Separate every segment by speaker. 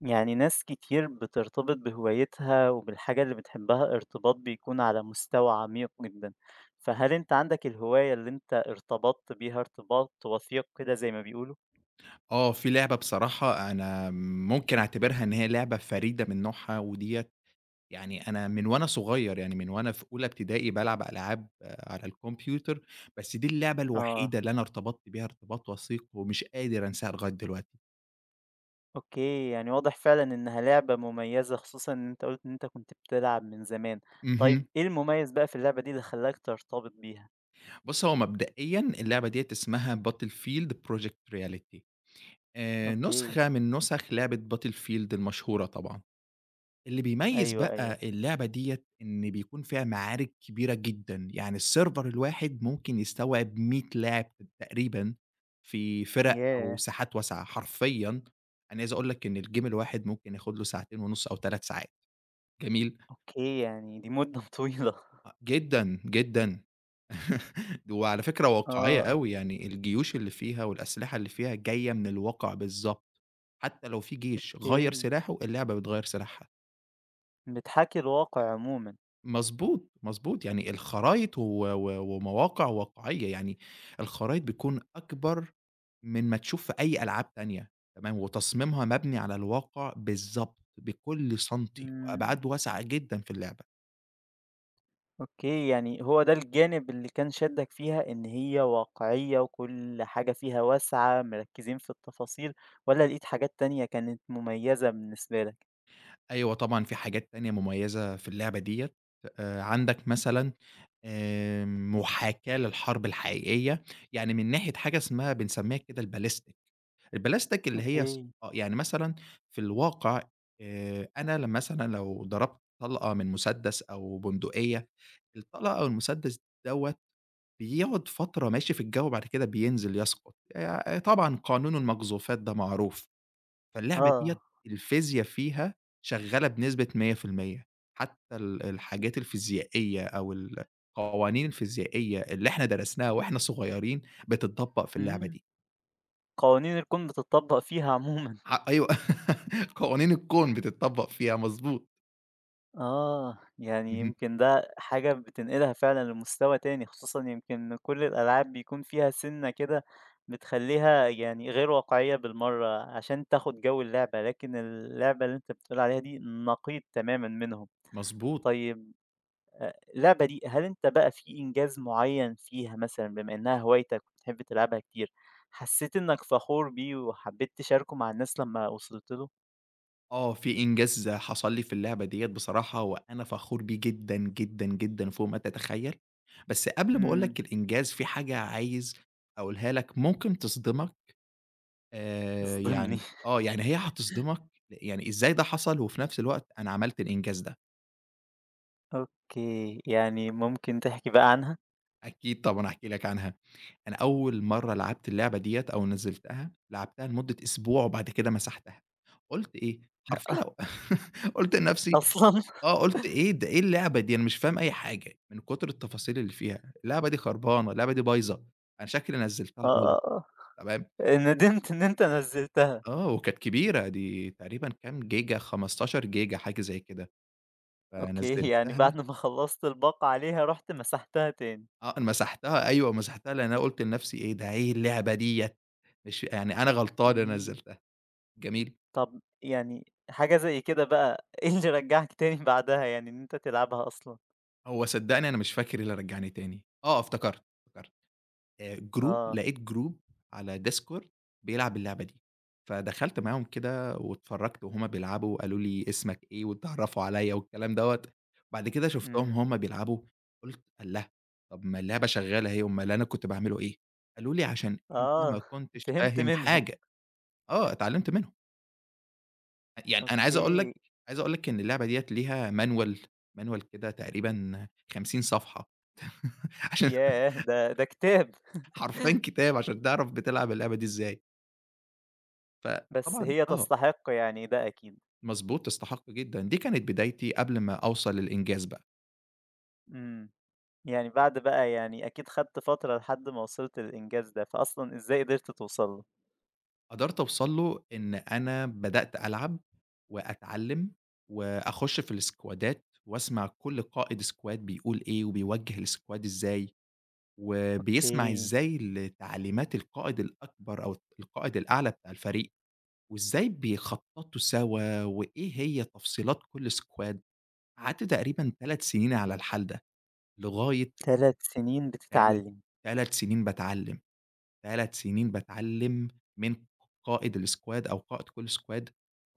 Speaker 1: يعني ناس كتير بترتبط بهوايتها وبالحاجة اللي بتحبها ارتباط بيكون على مستوى عميق جدا. فهل انت عندك الهواية اللي انت ارتبطت بيها ارتباط وثيق كده زي ما بيقولوا؟
Speaker 2: آه، في لعبة بصراحة أنا ممكن أعتبرها إن هي لعبة فريدة من نوعها، وديّة يعني أنا من وأنا صغير، يعني من وأنا في أولى ابتدائي بالعب ألعاب على الكمبيوتر، بس دي اللعبة
Speaker 1: اه.
Speaker 2: الوحيدة اللي أنا ارتبطت بيها ارتباط وثيق ومش قادر أنساها لغاية دلوقتي.
Speaker 1: اوكي، يعني واضح فعلا انها لعبة مميزة خصوصا ان انت قلت ان انت كنت بتلعب من زمان. طيب
Speaker 2: اهم.
Speaker 1: ايه المميز بقى في اللعبة دي اللي خلاك ترتبط بيها؟
Speaker 2: بُص، هو مبدئيًا اللعبة ديّة اسمها Battlefield Project Reality.
Speaker 1: اوكي.
Speaker 2: نسخة من نسخ لعبة Battlefield المشهورة طبعًا. اللي بيميّز
Speaker 1: ايوه، ايوه.
Speaker 2: بقى اللعبة ديّة إن بيكون فيها معارك كبيرة جدًا، يعني الserver الواحد ممكن يستوعب 100 لاعب تقريبًا في فِرَق أو
Speaker 1: ياه.
Speaker 2: ساحات واسعة، حرفيًا أنا عايز أقول لك إن الgame الواحد ممكن ياخد له ساعتين ونُص أو 3 ساعات، جميل؟
Speaker 1: اوكي، يعني دي مدة طويلة.
Speaker 2: أ جدًا، جدًا. وعلى فكرة واقعية
Speaker 1: اه.
Speaker 2: أوي، يعني الجيوش اللي فيها والأسلحة اللي فيها جاية من الواقع بالضبط، حتى لو في جيش غيّر
Speaker 1: اوكي،
Speaker 2: سلاحه، اللعبة بتغيّر سلاحها.
Speaker 1: بتحاكي الواقع عموما.
Speaker 2: مضبوط، مضبوط، يعني الخرايط و و ومواقع واقعية، يعني الخرايط بتكون أكبر من ما تشوف في أي ألعاب تانية، تمام، وتصميمها مبني على الواقع بالضبط، بكل سنتي
Speaker 1: مم.
Speaker 2: وأبعاد واسعة جدًا في اللعبة.
Speaker 1: أوكي، يعني هو ده الجانب اللي كان شدّك فيها، إن هي واقعية وكل حاجة فيها واسعة، مركّزين في التفاصيل، والّا لقيت حاجات تانية كانت مميزة بالنسبة لك؟
Speaker 2: أيوه طبعًا في حاجات تانية مميزة في اللعبة ديّة، عندك مثلًا محاكاة للحرب الحقيقية، يعني من ناحية حاجة اسمها بنسميها كده الballistic. البلاستيك اللي هي ص
Speaker 1: أوكي.
Speaker 2: آه، يعني مثلًا في الواقع، أنا لمّا مثلًا لو ضربت طلقة من مسدس أو بندقية، الطلقة أو المسدس دوّة بيقعد فترة ماشي في الجو وبعد كده بينزل يسقط، طبعًا قانون المقذوفات ده معروف، فاللعبة ديّة
Speaker 1: آه.
Speaker 2: الفيزيا فيها شغالة بنسبة 100%. حتى الحاجات الفيزيائية أو القوانين الفيزيائية اللي إحنا درسناها وإحنا صغيرين بتتطبّق في اللعبة
Speaker 1: إمم.
Speaker 2: دي.
Speaker 1: قوانين الكون بتتطبّق فيها عمومًا.
Speaker 2: أيوه. قوانين الكون بتتطبّق فيها، مضبوط.
Speaker 1: آه، يعني
Speaker 2: اهم،
Speaker 1: يمكن ده حاجة بتنقلها فعلًا لمستوى تاني، خصوصًا يمكن إن كل الألعاب بيكون فيها سِنّة كده بتخلّيها يعني غير واقعية بالمرّة، عشان تاخد جَوّ اللعبة، لكن اللعبة اللي أنت بتقول عليها دي نقيض تمامًا منهم.
Speaker 2: مضبوط.
Speaker 1: طيب اللعبة دي هل أنت بقى في إنجاز معيّن فيها مثلًا بما إنها هوايتك وبتحب تلعبها كتير، حسّيت إنك فخور بيه وحبيت تشاركه مع الناس لمّا وصلت له؟
Speaker 2: آه، في إنجاز حصل لي في اللعبة ديّة بصراحة وأنا فخور بيه جدًا، جدًا، جدًا فوق ما تتخيّل، بس قبل ما أقول
Speaker 1: إمم.
Speaker 2: لك الإنجاز في حاجة عايز أقولها لك ممكن تصدمك،
Speaker 1: اصدمني
Speaker 2: يعني هي هتصدمك، يعني إزاي ده حصل وفي نفس الوقت أنا عملت الإنجاز ده.
Speaker 1: أوكي، يعني ممكن تحكي بقى عنها؟
Speaker 2: أكيد طبعًا هاحكي لك عنها. أنا أول مرّة لعبت اللعبة ديّة أو نزّلتها، لعبتها لمدة أسبوع وبعد كده مسحتها، قُلت إيه، حرفيًا، قُلت لنفسي
Speaker 1: أصلًا!
Speaker 2: آه، قُلت إيه ده إيه اللعبة دي، أنا مش فاهم أي حاجة من كتر التفاصيل اللي فيها، اللعبة دي خربانة، اللعبة دي بايظة، أنا شكلي نزّلتها
Speaker 1: آه،
Speaker 2: غلط،
Speaker 1: آه.
Speaker 2: تمام،
Speaker 1: آه، ندمت إن أنت نزّلتها.
Speaker 2: آه، وكانت كبيرة دي تقريبًا كام جيجا، 15 جيجا حاجة زي كده،
Speaker 1: أوكي، يعني
Speaker 2: فنزّلتها.
Speaker 1: بعد ما خلّصت الباقة عليها رُحت مسحتها تاني.
Speaker 2: آه، أنا مسحتها أيوه، مسحتها لأن أنا قُلت لنفسي إيه ده إيه اللعبة ديّة، مش يعني أنا غلطان إن أنا
Speaker 1: إمم.
Speaker 2: نزّلتها، جميل.
Speaker 1: طب يعني حاجة زي كده بقى إيه اللي رجّعك تاني بعدها يعني إن أنت تلعبها أصلًا؟
Speaker 2: هو صدّقني أنا مش فاكر إيه اللي رجّعني تاني. آه، افتكرت، افتكرت. Group
Speaker 1: آه.
Speaker 2: لقيت group على Discord بيلعب اللعبة دي، فدخلت معاهم كده واتفرّجت وهُم بيلعبوا وقالوا لي اسمك إيه واتعرّفوا عليّا والكلام دوّة، بعد كده شُفتهم
Speaker 1: إمم.
Speaker 2: هُم بيلعبوا قُلت الله! طَب ما اللعبة شغّالة أهي، أُمّال أنا كنت باعمله إيه؟ قالوا لي عشان أنت ما
Speaker 1: آه،
Speaker 2: كنتش
Speaker 1: فهمت
Speaker 2: فاهم
Speaker 1: منهم.
Speaker 2: حاجة. آه، اتعلّمت منهم. يعني أنا عايز أقول
Speaker 1: أوكي.
Speaker 2: لك، عايز أقول لك إن اللعبة ديّة ليها manual. كده تقريبًا 50 صفحة، عشان
Speaker 1: ياه! ده كتاب.
Speaker 2: حرفيًا كتاب عشان تعرف بتلعب اللعبة دي إزاي،
Speaker 1: بس
Speaker 2: فطبعًا
Speaker 1: هي
Speaker 2: آه،
Speaker 1: تستحق يعني ده أكيد.
Speaker 2: مضبوط تستحق جدًا، دي كانت بدايتي قبل ما أوصل للإنجاز بقى.
Speaker 1: إمم. يعني بعد بقى يعني أكيد خدت فترة لحد ما وصلت للإنجاز ده، فأصلًا إزاي قدرت توصل له؟
Speaker 2: قدرت أوصل له إن أنا بدأت ألعب وأتعلم وأخش في السكوادات وأسمع كل قائد سكواد بيقول إيه وبيوجه السكواد إزاي، وبيسمع
Speaker 1: أوكي،
Speaker 2: إزاي لتعليمات القائد الأكبر أو القائد الأعلى بتاع الفريق، وإزاي بيخططوا سوا وإيه هي تفصيلات كل سكواد، قعدت تقريبًا 3 سنين على الحال ده. لغاية
Speaker 1: 3 سنين
Speaker 2: 3
Speaker 1: بتتعلّم.
Speaker 2: 3 سنين باتعلّم، 3 سنين باتعلّم من قائد الsquad أو قائد كل squad.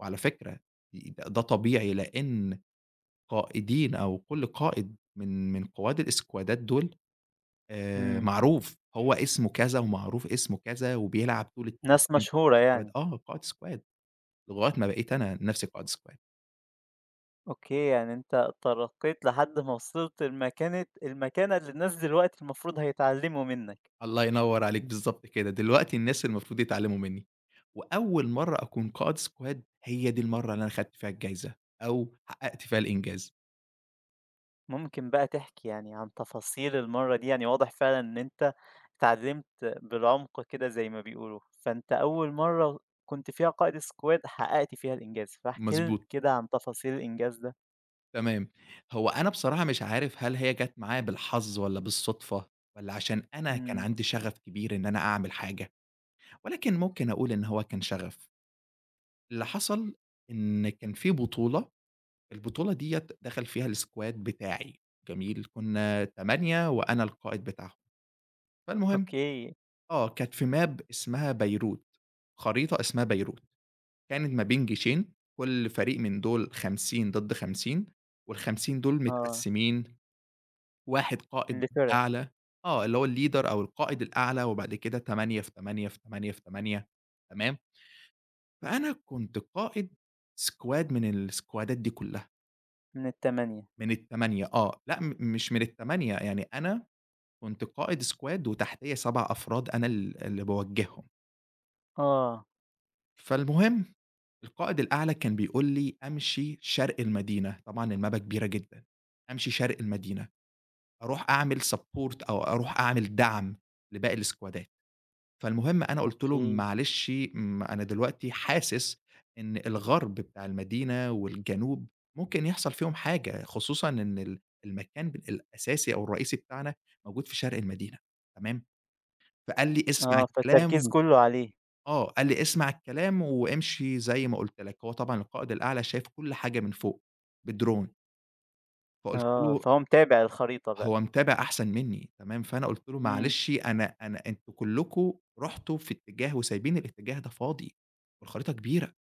Speaker 2: وعلى فكرة ده طبيعي لإن قائدين أو كل قائد من قواد الإسكوادات دول،
Speaker 1: إمم.
Speaker 2: معروف، هو اسمه كذا ومعروف اسمه كذا وبيلعب طول ال3
Speaker 1: ناس
Speaker 2: سنين.
Speaker 1: مشهورة يعني.
Speaker 2: آه، قائد squad لغاية ما بقيت أنا نَفْسي قائد squad.
Speaker 1: أوكي، يعني أنت ترقّيت لحد ما وصلت لمكانة المكانة اللي الناس دلوقتي المفروض هيتعلّموا منّك.
Speaker 2: الله ينور عليك، بالضبط كده، دلوقتي الناس المفروض يتعلّموا منّي، وأول مرّة أكون قائد squad هي دي المرّة اللي أنا خدت فيها الجايزة، أو حققت فيها الإنجاز،
Speaker 1: ممكن بقى تحكي يعني عن تفاصيل المرّة دي، يعني واضح فعلًا إن أنت اتعلّمت بالعمق كده زي ما بيقولوا، فأنت أول مرّة كنت فيها قائد squad حققت فيها الإنجاز، فاحكِ لي
Speaker 2: مضبوط،
Speaker 1: كده عن تفاصيل الإنجاز ده.
Speaker 2: تمام، هو أنا بصراحة مش عارف هل هي جات معايا بالحظ والّا بالصدفة، والّا عشان أنا كان
Speaker 1: إمم.
Speaker 2: عندي شغف كبير إن أنا أعمل حاجة، ولكن ممكن أقول إن هو كان شغف. اللي حصل إن كان في بطولة، البطولة ديّة دخل فيها الsquad بتاعي، جميل، كنا 8 وأنا القائد بتاعهم، فالمهم
Speaker 1: أوكي.
Speaker 2: آه، كانت في map اسمها بيروت، خريطة اسمها بيروت، كانت ما بين جيشين، كل فريق من دول 50 ضد 50 وال50 دول
Speaker 1: آه.
Speaker 2: متقسمين، واحد قائد
Speaker 1: لفِرَق.
Speaker 2: أعلى، آه، اللي هو الleader أو القائد الأعلى، وبعد كده 8 في 8 في 8 في 8، تمام، فأنا كنت قائد squad من السكوادات دي كلها،
Speaker 1: من ال8.
Speaker 2: من ال8. آه، لأ م مش من ال8، يعني أنا كنت قائد squad وتحتيّا 7 أفراد أنا اللي باوجّههم.
Speaker 1: آه.
Speaker 2: فالمهم القائد الأعلى كان بيقول لي أمشي شرق المدينة، طبعًا الmappة كبيرة جدًا، أمشي شرق المدينة، أروح أعمل support أو أروح أعمل دعم لباقي الإسكوادات، فالمهم أنا قُلت له:
Speaker 1: أوكي.
Speaker 2: "معلش أنا دلوقتي حاسس إن الغرب بتاع المدينة والجنوب ممكن يحصل فيهم حاجة، خصوصًا إن المكان الأساسي أو الرئيسي بتاعنا موجود في شرق المدينة." تمام؟ فقال لي: "اسمع
Speaker 1: آه، فالتركيز
Speaker 2: الكلام."
Speaker 1: كلّه عليه.
Speaker 2: آه، قال لي: "اسمع الكلام وامشي زي ما قُلت لك." هو طبعًا القائد الأعلى شايف كل حاجة من فوق بدرون، فقُلت
Speaker 1: آه،
Speaker 2: له:
Speaker 1: فهو متابع الخريطة بقى.
Speaker 2: "هو متابع أحسن منّي." تمام، فأنا قُلت له:
Speaker 1: إمم.
Speaker 2: "معلش أنا أنتم كلّكم رُحتوا في اتجاه وسايبين الاتجاه ده فاضي والخريطة كبيرة."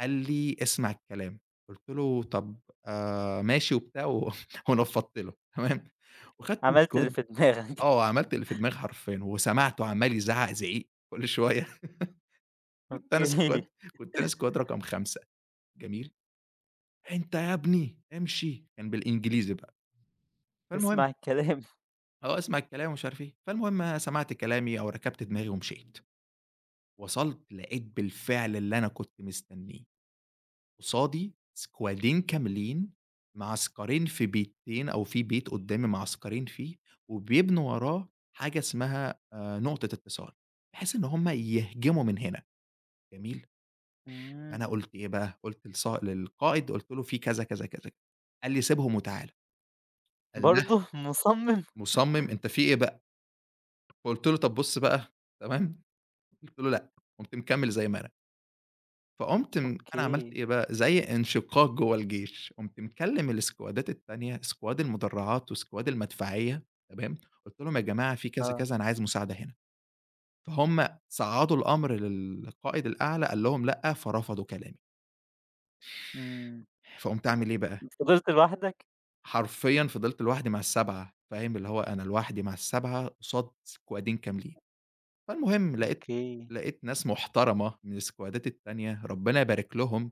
Speaker 2: قال لي: "اسمع الكلام." قُلت له: "طب ماشي." وبتاع و ونفّضت له تمام، وخدت
Speaker 1: عملت اللي
Speaker 2: السكواد
Speaker 1: في دماغك.
Speaker 2: آه، عملت اللي في دماغي حرفيًا وسمعته عمّال يزعّق زعيق كل شوية. كنت أنا
Speaker 1: أوكي.
Speaker 2: سكواد كنت أنا سكواد رقم 5. جميل، "أنت يا ابني امشي." كان بالإنجليزي بقى. فالمهم
Speaker 1: اسمع الكلام.
Speaker 2: آه، اسمع الكلام ومش عارف إيه. فالمهم سمعت كلامي أو ركبت دماغي ومشيت. وصلت لقيت بالفعل اللي أنا كنت مستنيه، قصادي سكوادين كاملين، معسكرين في بيتين أو في بيت قدّامي معسكرين فيه، وبيبنوا وراه حاجة اسمها نقطة اتصال، بحيث إن هم يهجموا من هنا، جميل؟ فأنا
Speaker 1: إمم.
Speaker 2: قُلت إيه بقى، قُلت لصا للقائد قُلت له في كذا، كذا، كذا. قال لي: "سيبهم وتعالَ." قال
Speaker 1: برضه مصمم!
Speaker 2: مصمم، أنت في إيه بقى؟ فقُلت له: "طب بُص بقى." تمام، قُلت له: "لأ." قُمت مكمّل زي ما أنا، فقُمت م أنا عملت
Speaker 1: أوكي.
Speaker 2: إيه بقى، زي انشقاق جوّه الجيش، قُمت مكلّم الإسكوادات التانية، إسكواد المدرعات وإسكواد المدفعية، تمام، قُلت لهم: "يا جماعة في كذا،
Speaker 1: آه.
Speaker 2: كذا، أنا عايز مساعدة هنا." فهُم صعّدوا الأمر للقائد الأعلى، قال لهم: "لأ." فرفضوا كلامي،
Speaker 1: إمم.
Speaker 2: فقُمت أعمل إيه بقى،
Speaker 1: فضلت لوحدك؟
Speaker 2: حرفيًا فضلت لوحدي مع ال7 فاهم، اللي هو أنا لوحدي مع ال7 قصاد إسكوادين كاملين. فالمهم لقيت
Speaker 1: أوكي.
Speaker 2: لقيت ناس محترمة من السكوادات التانية ربنا يبارك لهم،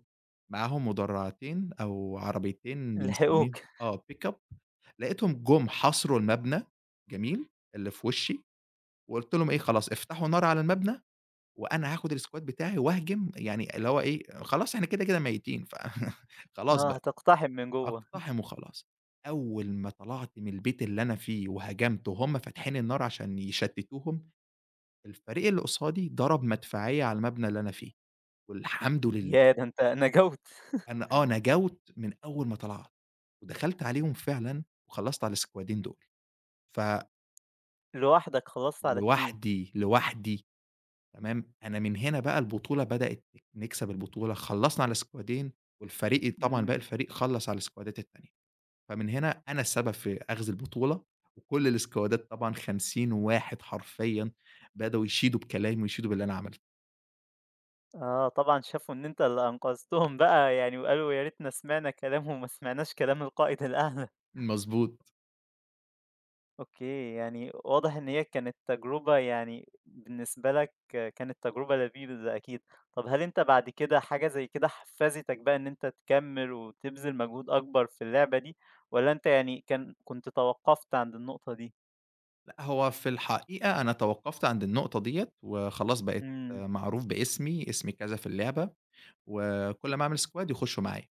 Speaker 2: معاهم مدرعتين أو عربيتين. إمم.
Speaker 1: لحقوك.
Speaker 2: بنسميهم آه pick up. لقيتهم جُم حاصروا المبنى جميل، اللي في وشي، وقُلت لهم إيه خلاص افتحوا نار على المبنى وأنا هاخد السكواد بتاعي وأهجم يعني اللي هو إيه خلاص إحنا كده كده ميتين. خلاص
Speaker 1: آه،
Speaker 2: بقى
Speaker 1: هتقتحم من جوّه.
Speaker 2: أقتحم وخلاص. أول ما طلعت من البيت اللي أنا فيه وهاجمت وهُم فاتحين النار عشان يشتتوهم الفريق اللي قصادي ضرب مدفعية على المبنى اللي أنا فيه، والحمد لله
Speaker 1: ياه! ده أنت نجوْت.
Speaker 2: أنا آه نجوت من أول ما طلعت، ودخلت عليهم فعلًا وخلّصت على السكوادين دول،
Speaker 1: لوحدك خلّصت على 2.
Speaker 2: لوحدي تمام، أنا من هنا بقى البطولة بدأت نكسب البطولة، خلّصنا على سكوادين والفريق طبعًا باقي
Speaker 1: إمم.
Speaker 2: الفريق خلّص على السكوادات التانية، فمن هنا أنا السبب في أخذ البطولة، وكل السكوادات طبعًا 50 واحد حرفيًا بدأوا يشيدوا بكلامي ويشيدوا باللي أنا عملته.
Speaker 1: آه، طبعًا شافوا إن أنت اللي أنقذتهم بقى يعني وقالوا يا ريتنا سمعنا كلامه وما سمعناش كلام القائد الأعلى.
Speaker 2: مضبوط.
Speaker 1: أوكي، يعني واضح إن هي كانت تجربة يعني بالنسبة لك كانت تجربة لذيذة أكيد. طب هل أنت بعد كده حاجة زي كده حفزتك بقى إن أنت تكمّل وتبذل مجهود أكبر في اللعبة دي والّا أنت يعني كنت توقّفت عند النقطة دي؟
Speaker 2: هو في الحقيقة أنا توقّفت عند النقطة ديّة، وخلاص بقيت
Speaker 1: إمم.
Speaker 2: معروف باسمي، اسمي كذا في اللعبة، وكل ما أعمل squad يخشوا معايا.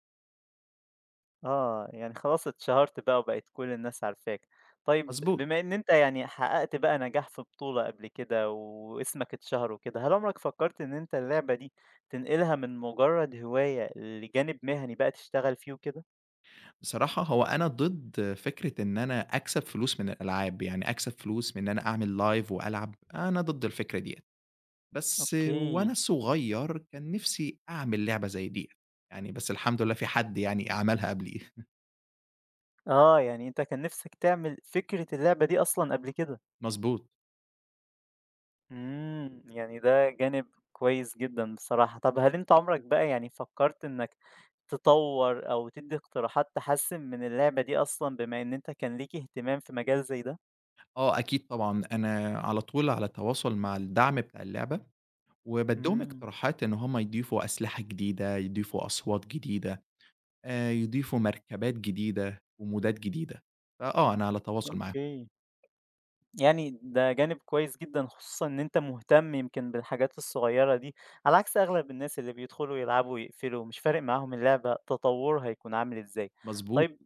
Speaker 1: آه، يعني خلاص اتشهرت بقى وبقت كل الناس عارفاك. طيب
Speaker 2: مضبوط.
Speaker 1: بما إن أنت يعني حققت بقى نجاح في بطولة قبل كده واسمك اتشهر وكده، هل عمرك فكرت إن أنت اللعبة دي تنقلها من مجرد هواية لجانب مهني بقى تشتغل فيه وكده؟
Speaker 2: بصراحة هو أنا ضد فكرة إن أنا أكسب فلوس من الألعاب، يعني أكسب فلوس من إن أنا أعمل live وألعب، أنا ضد الفكرة ديّة. بس
Speaker 1: أوكي.
Speaker 2: وأنا صغير كان نفسي أعمل لعبة زي ديّة، يعني بس الحمد لله في حد يعني عملها قبلي.
Speaker 1: آه، يعني أنت كان نِفْسك تعمل فكرة اللعبة دي أصلًا قبل كده.
Speaker 2: مضبوط.
Speaker 1: إمم، يعني ده جانب كويس جدًا بصراحة. طَب هل أنت عمرك بقى يعني فكرت إنك تطوّر أو تدّي اقتراحات تحسّن من اللعبة دي أصلًا بما إن أنت كان ليك اهتمام في مجال زي ده؟
Speaker 2: آه أكيد طبعًا، أنا على طول على تواصل مع الدعم بتاع اللعبة. وبادّيهم
Speaker 1: إمم.
Speaker 2: اقتراحات إن هم يضيفوا أسلحة جديدة، يضيفوا أصوات جديدة، يضيفوا مركبات جديدة ومودات جديدة، فآه أنا على تواصل معاهم.
Speaker 1: أوكي. يعني ده جانب كويس جدًا، خصوصًا إن أنت مهتم يمكن بالحاجات الصغيّرة دي، على عكس أغلب الناس اللي بيدخلوا يلعبوا ويقفلوا، مش فارق معاهم اللعبة تطوّرها هيكون عامل إزاي.
Speaker 2: مضبوط.
Speaker 1: طيب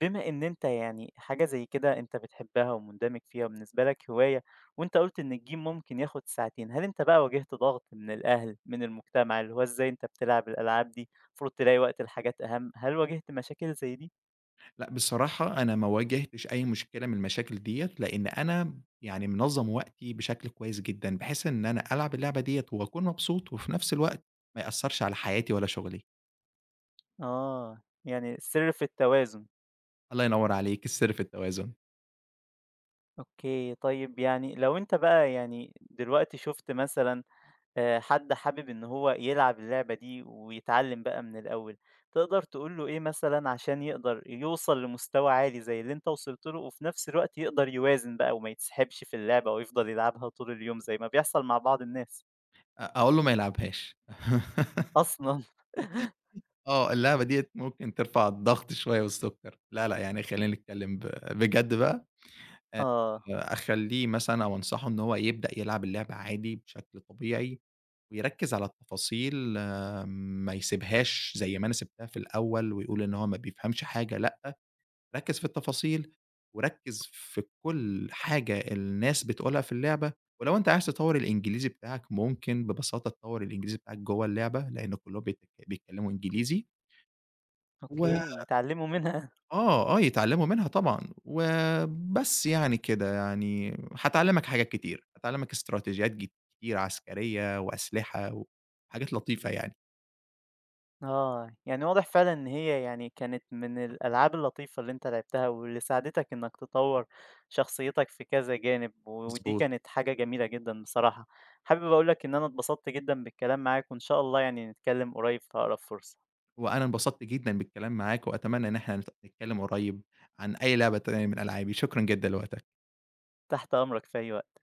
Speaker 1: بما إن أنت يعني حاجة زي كده أنت بتحبها ومندمج فيها وبالنسبة لك هواية، وأنت قُلت إن الجيم ممكن ياخد ساعتين، هل أنت بقى واجهت ضغط من الأهل، من المجتمع، اللي هو إزاي أنت بتلعب الألعاب دي، المفروض تلاقي وقت لحاجات أهم، هل واجهت مشاكل زي دي؟
Speaker 2: لأ بصراحة أنا ما واجهتش أي مشكلة من المشاكل ديّة، لإن أنا يعني منظّم وقتي بشكل كويس جدًا، بحيث إن أنا ألعب اللعبة ديّة وأكون مبسوط، وفي نفس الوقت ما يأثّرش على حياتي ولا شغلي.
Speaker 1: آه، يعني السر في التوازن.
Speaker 2: الله ينوّر عليك، السر في التوازن.
Speaker 1: أوكي، طيب يعني لو أنت بقى يعني دلوقتي شُفت مثلًا حد حابب إن هو يلعب اللعبة دي ويتعلّم بقى من الأول، تقدر تقول له إيه مثلًا عشان يقدر يوصل لمستوى عالي زي اللي أنت وصلت له وفي نفس الوقت يقدر يوازن بقى وما يتسحبش في اللعبة ويفضل يلعبها طول اليوم زي ما بيحصل مع بعض الناس
Speaker 2: أقول له ما يلعبهاش.
Speaker 1: أصلًا؟
Speaker 2: آه، اللعبة ديّة ممكن ترفع الضغط شوية والسُكّر، لا، لأ، يعني خلّينا نتكلّم بجد بقى،
Speaker 1: آه.
Speaker 2: أخلّيه مثلًا أو أنصحه إن هو يبدأ يلعب اللعبة عادي بشكل طبيعي، ويركّز على التفاصيل آه، ما يسيبهاش زي ما أنا سِبتها في الأول، ويقول إن هو ما بيفهمش حاجة، لأ، ركّز في التفاصيل، وركّز في كُلّ حاجة الناس بتقولها في اللعبة، ولو أنت عايز تطوّر الإنجليزي بتاعك ممكن ببساطة تطوّر الإنجليزي بتاعك جوّه اللعبة، لإن كلّهم بيتك بيتكلّموا إنجليزي و
Speaker 1: أوكي، يتعلموا منها.
Speaker 2: آه، آه، يتعلّموا منها طبعًا، وبس يعني كده يعني هتعلّمك حاجات كتير، هتعلّمك استراتيجيات كتير عسكرية وأسلحة وحاجات لطيفة يعني.
Speaker 1: آه، يعني واضح فعلًا إن هي يعني كانت من الألعاب اللطيفة اللي أنت لعبتها، واللي ساعدتك إنك تطوّر شخصيتك في كذا جانب، ودي
Speaker 2: مضبوط.
Speaker 1: كانت حاجة جميلة جدًا بصراحة. حابب أقول لك إن أنا اتبسطت جدًا بالكلام معاك، وإن شاء الله يعني نتكلم قريب في أقرب فرصة.
Speaker 2: وأنا انبسطت جدًا بالكلام معاك، وأتمنى إن إحنا نتكلّم قريب عن أي لعبة تانية من ألعابي، شكرًا جدًا لوقتك.
Speaker 1: تحت أمرك في أي وقت.